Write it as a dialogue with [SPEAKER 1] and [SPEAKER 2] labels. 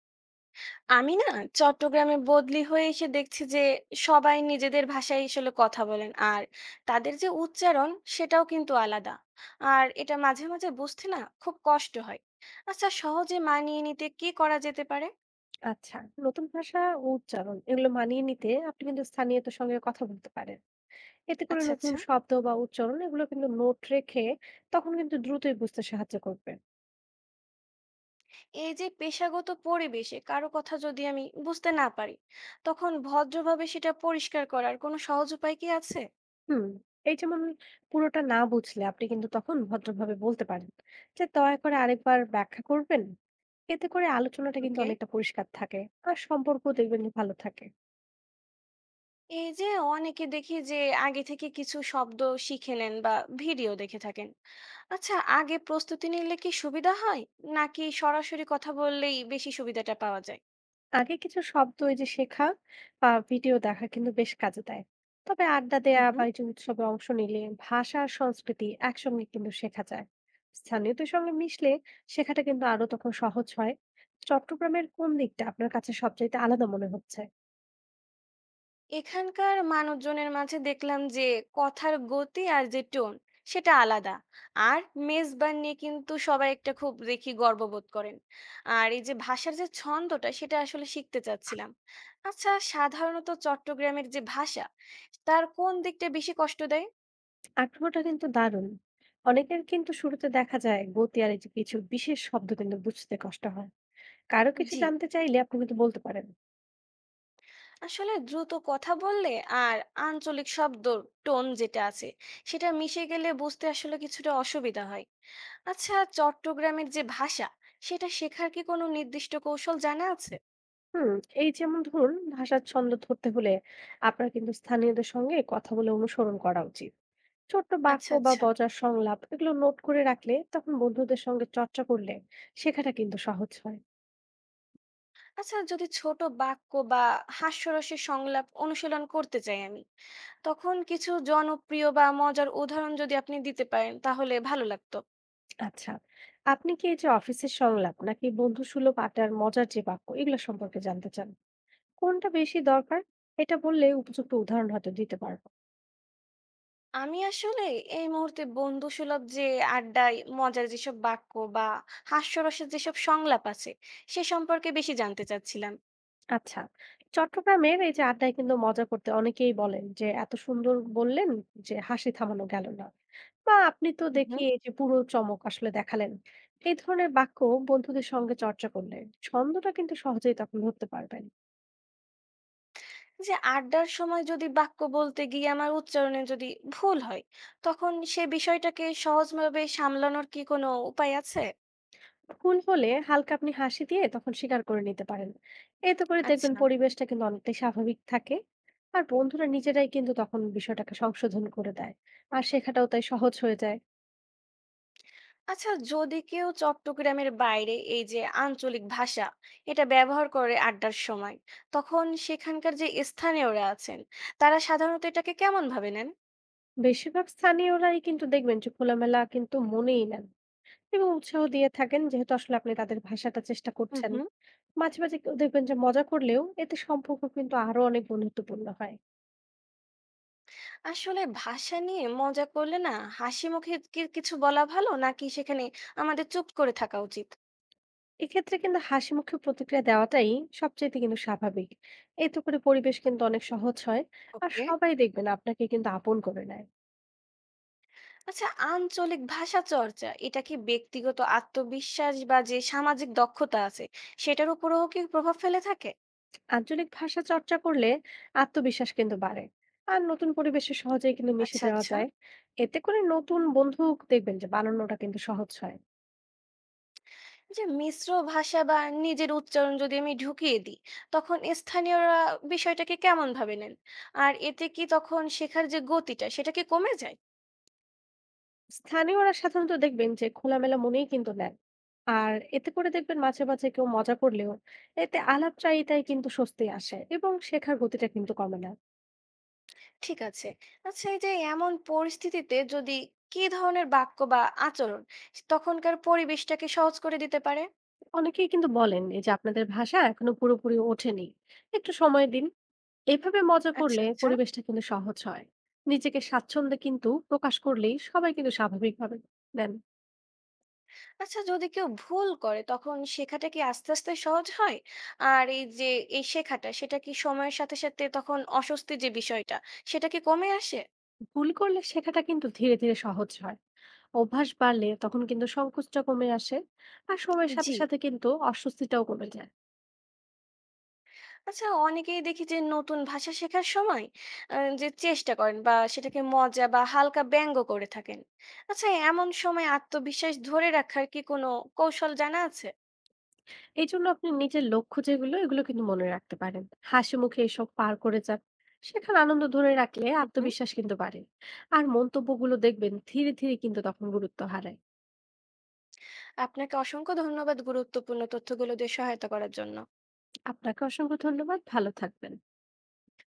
[SPEAKER 1] আমি না চট্টগ্রামে বদলি হয়ে এসে দেখছি যে সবাই নিজেদের ভাষায় আসলে কথা বলেন, আর তাদের যে উচ্চারণ সেটাও কিন্তু আলাদা। আর এটা মাঝে মাঝে বুঝতে না খুব কষ্ট হয়। আচ্ছা, সহজে মানিয়ে নিতে কি করা যেতে পারে?
[SPEAKER 2] আচ্ছা, নতুন ভাষা ও উচ্চারণ এগুলো মানিয়ে নিতে আপনি কিন্তু স্থানীয়দের সঙ্গে কথা বলতে পারেন। এতে করে
[SPEAKER 1] আচ্ছা,
[SPEAKER 2] নতুন
[SPEAKER 1] আচ্ছা।
[SPEAKER 2] শব্দ বা উচ্চারণ এগুলো কিন্তু নোট রেখে তখন কিন্তু দ্রুতই বুঝতে সাহায্য করবে।
[SPEAKER 1] এই যে পেশাগত পরিবেশে কারো কথা যদি আমি বুঝতে না পারি, তখন ভদ্রভাবে সেটা পরিষ্কার করার কোনো সহজ উপায় কি আছে?
[SPEAKER 2] হুম, এই যেমন পুরোটা না বুঝলে আপনি কিন্তু তখন ভদ্রভাবে বলতে পারেন যে দয়া করে আরেকবার ব্যাখ্যা করবেন। এতে করে আলোচনাটা কিন্তু
[SPEAKER 1] ওকে।
[SPEAKER 2] অনেকটা পরিষ্কার থাকে আর সম্পর্ক দেখবেন যে ভালো থাকে।
[SPEAKER 1] এই যে অনেকে দেখি যে আগে থেকে কিছু শব্দ শিখে নেন বা ভিডিও দেখে থাকেন। আচ্ছা, আগে প্রস্তুতি নিলে কি সুবিধা হয়, নাকি সরাসরি কথা বললেই বেশি সুবিধাটা পাওয়া যায়?
[SPEAKER 2] আগে কিছু শব্দ এই যে শেখা বা ভিডিও দেখা কিন্তু বেশ কাজে দেয়, তবে আড্ডা
[SPEAKER 1] হুম,
[SPEAKER 2] দেয়া বা
[SPEAKER 1] হুম।
[SPEAKER 2] এই যে উৎসবে অংশ নিলে ভাষা আর সংস্কৃতি একসঙ্গে কিন্তু শেখা যায়। স্থানীয়দের সঙ্গে মিশলে শেখাটা কিন্তু আরো তখন সহজ হয়। চট্টগ্রামের কোন দিকটা আপনার কাছে সবচাইতে আলাদা মনে হচ্ছে?
[SPEAKER 1] এখানকার মানুষজনের মাঝে দেখলাম যে কথার গতি আর যে টোন, সেটা আলাদা। আর মেজবান নিয়ে কিন্তু সবাই একটা খুব দেখি গর্ববোধ করেন। আর এই যে ভাষার যে ছন্দটা সেটা আসলে শিখতে চাচ্ছিলাম। আচ্ছা, সাধারণত চট্টগ্রামের যে ভাষা, তার কোন দিকটা বেশি কষ্ট দেয়?
[SPEAKER 2] আগ্রহটা কিন্তু দারুণ। অনেকের কিন্তু শুরুতে দেখা যায় গতি আর এই যে কিছু বিশেষ শব্দ কিন্তু বুঝতে কষ্ট হয়। কারো কিছু
[SPEAKER 1] জি।
[SPEAKER 2] জানতে চাইলে আপনি কিন্তু বলতে পারেন।
[SPEAKER 1] আসলে দ্রুত কথা বললে আর আঞ্চলিক শব্দ, টোন যেটা আছে সেটা মিশে গেলে বুঝতে আসলে কিছুটা অসুবিধা হয়। আচ্ছা, চট্টগ্রামের যে ভাষা সেটা শেখার কি কোনো নির্দিষ্ট কৌশল জানা আছে?
[SPEAKER 2] হুম, এই যেমন ধরুন, ভাষার ছন্দ ধরতে হলে আপনার কিন্তু স্থানীয়দের সঙ্গে কথা বলে অনুসরণ করা উচিত। ছোট্ট বাক্য
[SPEAKER 1] আচ্ছা
[SPEAKER 2] বা
[SPEAKER 1] আচ্ছা
[SPEAKER 2] বজার সংলাপ এগুলো নোট করে রাখলে তখন বন্ধুদের সঙ্গে চর্চা করলে শেখাটা কিন্তু সহজ হয়।
[SPEAKER 1] আচ্ছা, যদি ছোট বাক্য বা হাস্যরসের সংলাপ অনুশীলন করতে চাই আমি, তখন কিছু জনপ্রিয় বা মজার উদাহরণ যদি আপনি দিতে পারেন তাহলে ভালো লাগতো।
[SPEAKER 2] আচ্ছা, আপনি কি এই যে অফিসের সংলাপ নাকি বন্ধু সুলভ আড্ডার মজার যে বাক্য এগুলো সম্পর্কে জানতে চান? কোনটা বেশি দরকার? এটা বললে উপযুক্ত উদাহরণ হয়তো দিতে পারবো।
[SPEAKER 1] আমি আসলে এই মুহূর্তে বন্ধুসুলভ যে আড্ডায় মজার যেসব বাক্য বা হাস্যরসের যেসব সংলাপ আছে সে সম্পর্কে বেশি জানতে চাচ্ছিলাম।
[SPEAKER 2] আচ্ছা। চট্টগ্রামের এই যে আড্ডায় কিন্তু মজা করতে অনেকেই বলেন যে, "এত সুন্দর বললেন যে হাসি থামানো গেল না।" বা আপনি তো দেখি
[SPEAKER 1] হুম।
[SPEAKER 2] এই যে পুরো চমক আসলে দেখালেন। এই ধরনের বাক্য বন্ধুদের সঙ্গে চর্চা করলে ছন্দটা কিন্তু সহজেই তখন ধরতে পারবেন।
[SPEAKER 1] যে আড্ডার সময় যদি বাক্য বলতে গিয়ে আমার উচ্চারণে যদি ভুল হয়, তখন সে বিষয়টাকে সহজভাবে সামলানোর কি কোনো উপায় আছে?
[SPEAKER 2] ভুল হলে হালকা আপনি হাসি দিয়ে তখন স্বীকার করে নিতে পারেন। এতে করে দেখবেন
[SPEAKER 1] আচ্ছা।
[SPEAKER 2] পরিবেশটা কিন্তু অনেকটাই স্বাভাবিক থাকে। আর বন্ধুরা নিজেরাই কিন্তু তখন বিষয়টাকে সংশোধন করে দেয়। আর শেখাটাও তাই সহজ হয়ে যায়।
[SPEAKER 1] আচ্ছা, যদি কেউ চট্টগ্রামের বাইরে এই যে আঞ্চলিক ভাষা এটা ব্যবহার করে আড্ডার সময়, তখন সেখানকার যে স্থানীয়রা আছেন তারা সাধারণত এটাকে কেমন ভাবে নেন?
[SPEAKER 2] বেশিরভাগ স্থানীয়রাই কিন্তু দেখবেন যে খোলামেলা কিন্তু মনেই নেন এবং উৎসাহ দিয়ে থাকেন, যেহেতু আসলে আপনি তাদের ভাষাটা চেষ্টা
[SPEAKER 1] হুম,
[SPEAKER 2] করছেন।
[SPEAKER 1] হুম।
[SPEAKER 2] মাঝে মাঝে কেউ দেখবেন যে মজা করলেও এতে সম্পর্ক কিন্তু আরো অনেক বন্ধুত্বপূর্ণ হয়।
[SPEAKER 1] আসলে ভাষা নিয়ে মজা করলে না, হাসি মুখে কি কিছু বলা ভালো, নাকি সেখানে আমাদের চুপ করে থাকা উচিত?
[SPEAKER 2] এক্ষেত্রে কিন্তু হাসি মুখে প্রতিক্রিয়া দেওয়াটাই সবচেয়ে কিন্তু স্বাভাবিক। এতে করে পরিবেশ কিন্তু অনেক সহজ হয়। আর
[SPEAKER 1] ওকে।
[SPEAKER 2] সবাই দেখবেন আপনাকে কিন্তু আপন করে নেয়।
[SPEAKER 1] আচ্ছা, আঞ্চলিক ভাষা চর্চা এটা কি ব্যক্তিগত আত্মবিশ্বাস বা যে সামাজিক দক্ষতা আছে সেটার উপরও কি প্রভাব ফেলে থাকে?
[SPEAKER 2] আঞ্চলিক ভাষা চর্চা করলে আত্মবিশ্বাস কিন্তু বাড়ে। আর নতুন পরিবেশে সহজেই কিন্তু মিশে
[SPEAKER 1] আচ্ছা
[SPEAKER 2] যাওয়া
[SPEAKER 1] আচ্ছা
[SPEAKER 2] যায়। এতে করে নতুন বন্ধু দেখবেন যে বানানোটা কিন্তু সহজ হয়।
[SPEAKER 1] যে মিশ্র ভাষা বা নিজের উচ্চারণ যদি আমি ঢুকিয়ে দিই, তখন স্থানীয়রা বিষয়টাকে কেমন ভাবে নেন? আর এতে কি তখন শেখার যে গতিটা সেটা কি কমে যায়?
[SPEAKER 2] স্থানীয়রা সাধারণত দেখবেন যে খোলামেলা মনেই কিন্তু নেন। আর এতে করে দেখবেন মাঝে মাঝে কেউ মজা করলেও এতে আলাপচারিতায় কিন্তু স্বস্তি আসে এবং শেখার গতিটা কিন্তু কমে না।
[SPEAKER 1] ঠিক আছে। আচ্ছা, এই যে এমন পরিস্থিতিতে যদি কি ধরনের বাক্য বা আচরণ তখনকার পরিবেশটাকে সহজ করে দিতে পারে?
[SPEAKER 2] অনেকেই কিন্তু বলেন এই যে আপনাদের ভাষা এখনো পুরোপুরি ওঠেনি, একটু সময় দিন। এভাবে মজা
[SPEAKER 1] আচ্ছা,
[SPEAKER 2] করলে
[SPEAKER 1] আচ্ছা।
[SPEAKER 2] পরিবেশটা কিন্তু সহজ হয়। নিজেকে স্বাচ্ছন্দ্যে কিন্তু প্রকাশ করলেই সবাই কিন্তু স্বাভাবিকভাবে নেন।
[SPEAKER 1] আচ্ছা, যদি কেউ ভুল করে তখন শেখাটা কি আস্তে আস্তে সহজ হয়? আর এই যে এই শেখাটা সেটা কি সময়ের সাথে সাথে তখন অস্বস্তির যে বিষয়টা সেটা কি কমে আসে?
[SPEAKER 2] ভুল করলে শেখাটা কিন্তু ধীরে ধীরে সহজ হয়। অভ্যাস বাড়লে তখন কিন্তু সংকোচটা কমে আসে। আর সময়ের সাথে
[SPEAKER 1] জি।
[SPEAKER 2] সাথে কিন্তু অস্বস্তিটাও কমে যায়।
[SPEAKER 1] আচ্ছা, অনেকেই দেখি যে নতুন ভাষা শেখার সময় যে চেষ্টা করেন বা সেটাকে মজা বা হালকা ব্যঙ্গ করে থাকেন। আচ্ছা, এমন সময় আত্মবিশ্বাস ধরে রাখার কি কোনো কৌশল জানা আছে?
[SPEAKER 2] এই জন্য আপনি নিজের লক্ষ্য যেগুলো এগুলো কিন্তু মনে রাখতে পারেন। হাসি মুখে এসব পার করে যান। সেখানে আনন্দ ধরে রাখলে
[SPEAKER 1] হুম, হুম।
[SPEAKER 2] আত্মবিশ্বাস কিন্তু বাড়ে। আর মন্তব্যগুলো দেখবেন ধীরে ধীরে কিন্তু তখন গুরুত্ব হারায়।
[SPEAKER 1] আপনাকে অসংখ্য ধন্যবাদ গুরুত্বপূর্ণ তথ্যগুলো দিয়ে সহায়তা করার জন্য।
[SPEAKER 2] আপনাকে অসংখ্য ধন্যবাদ, ভালো থাকবেন।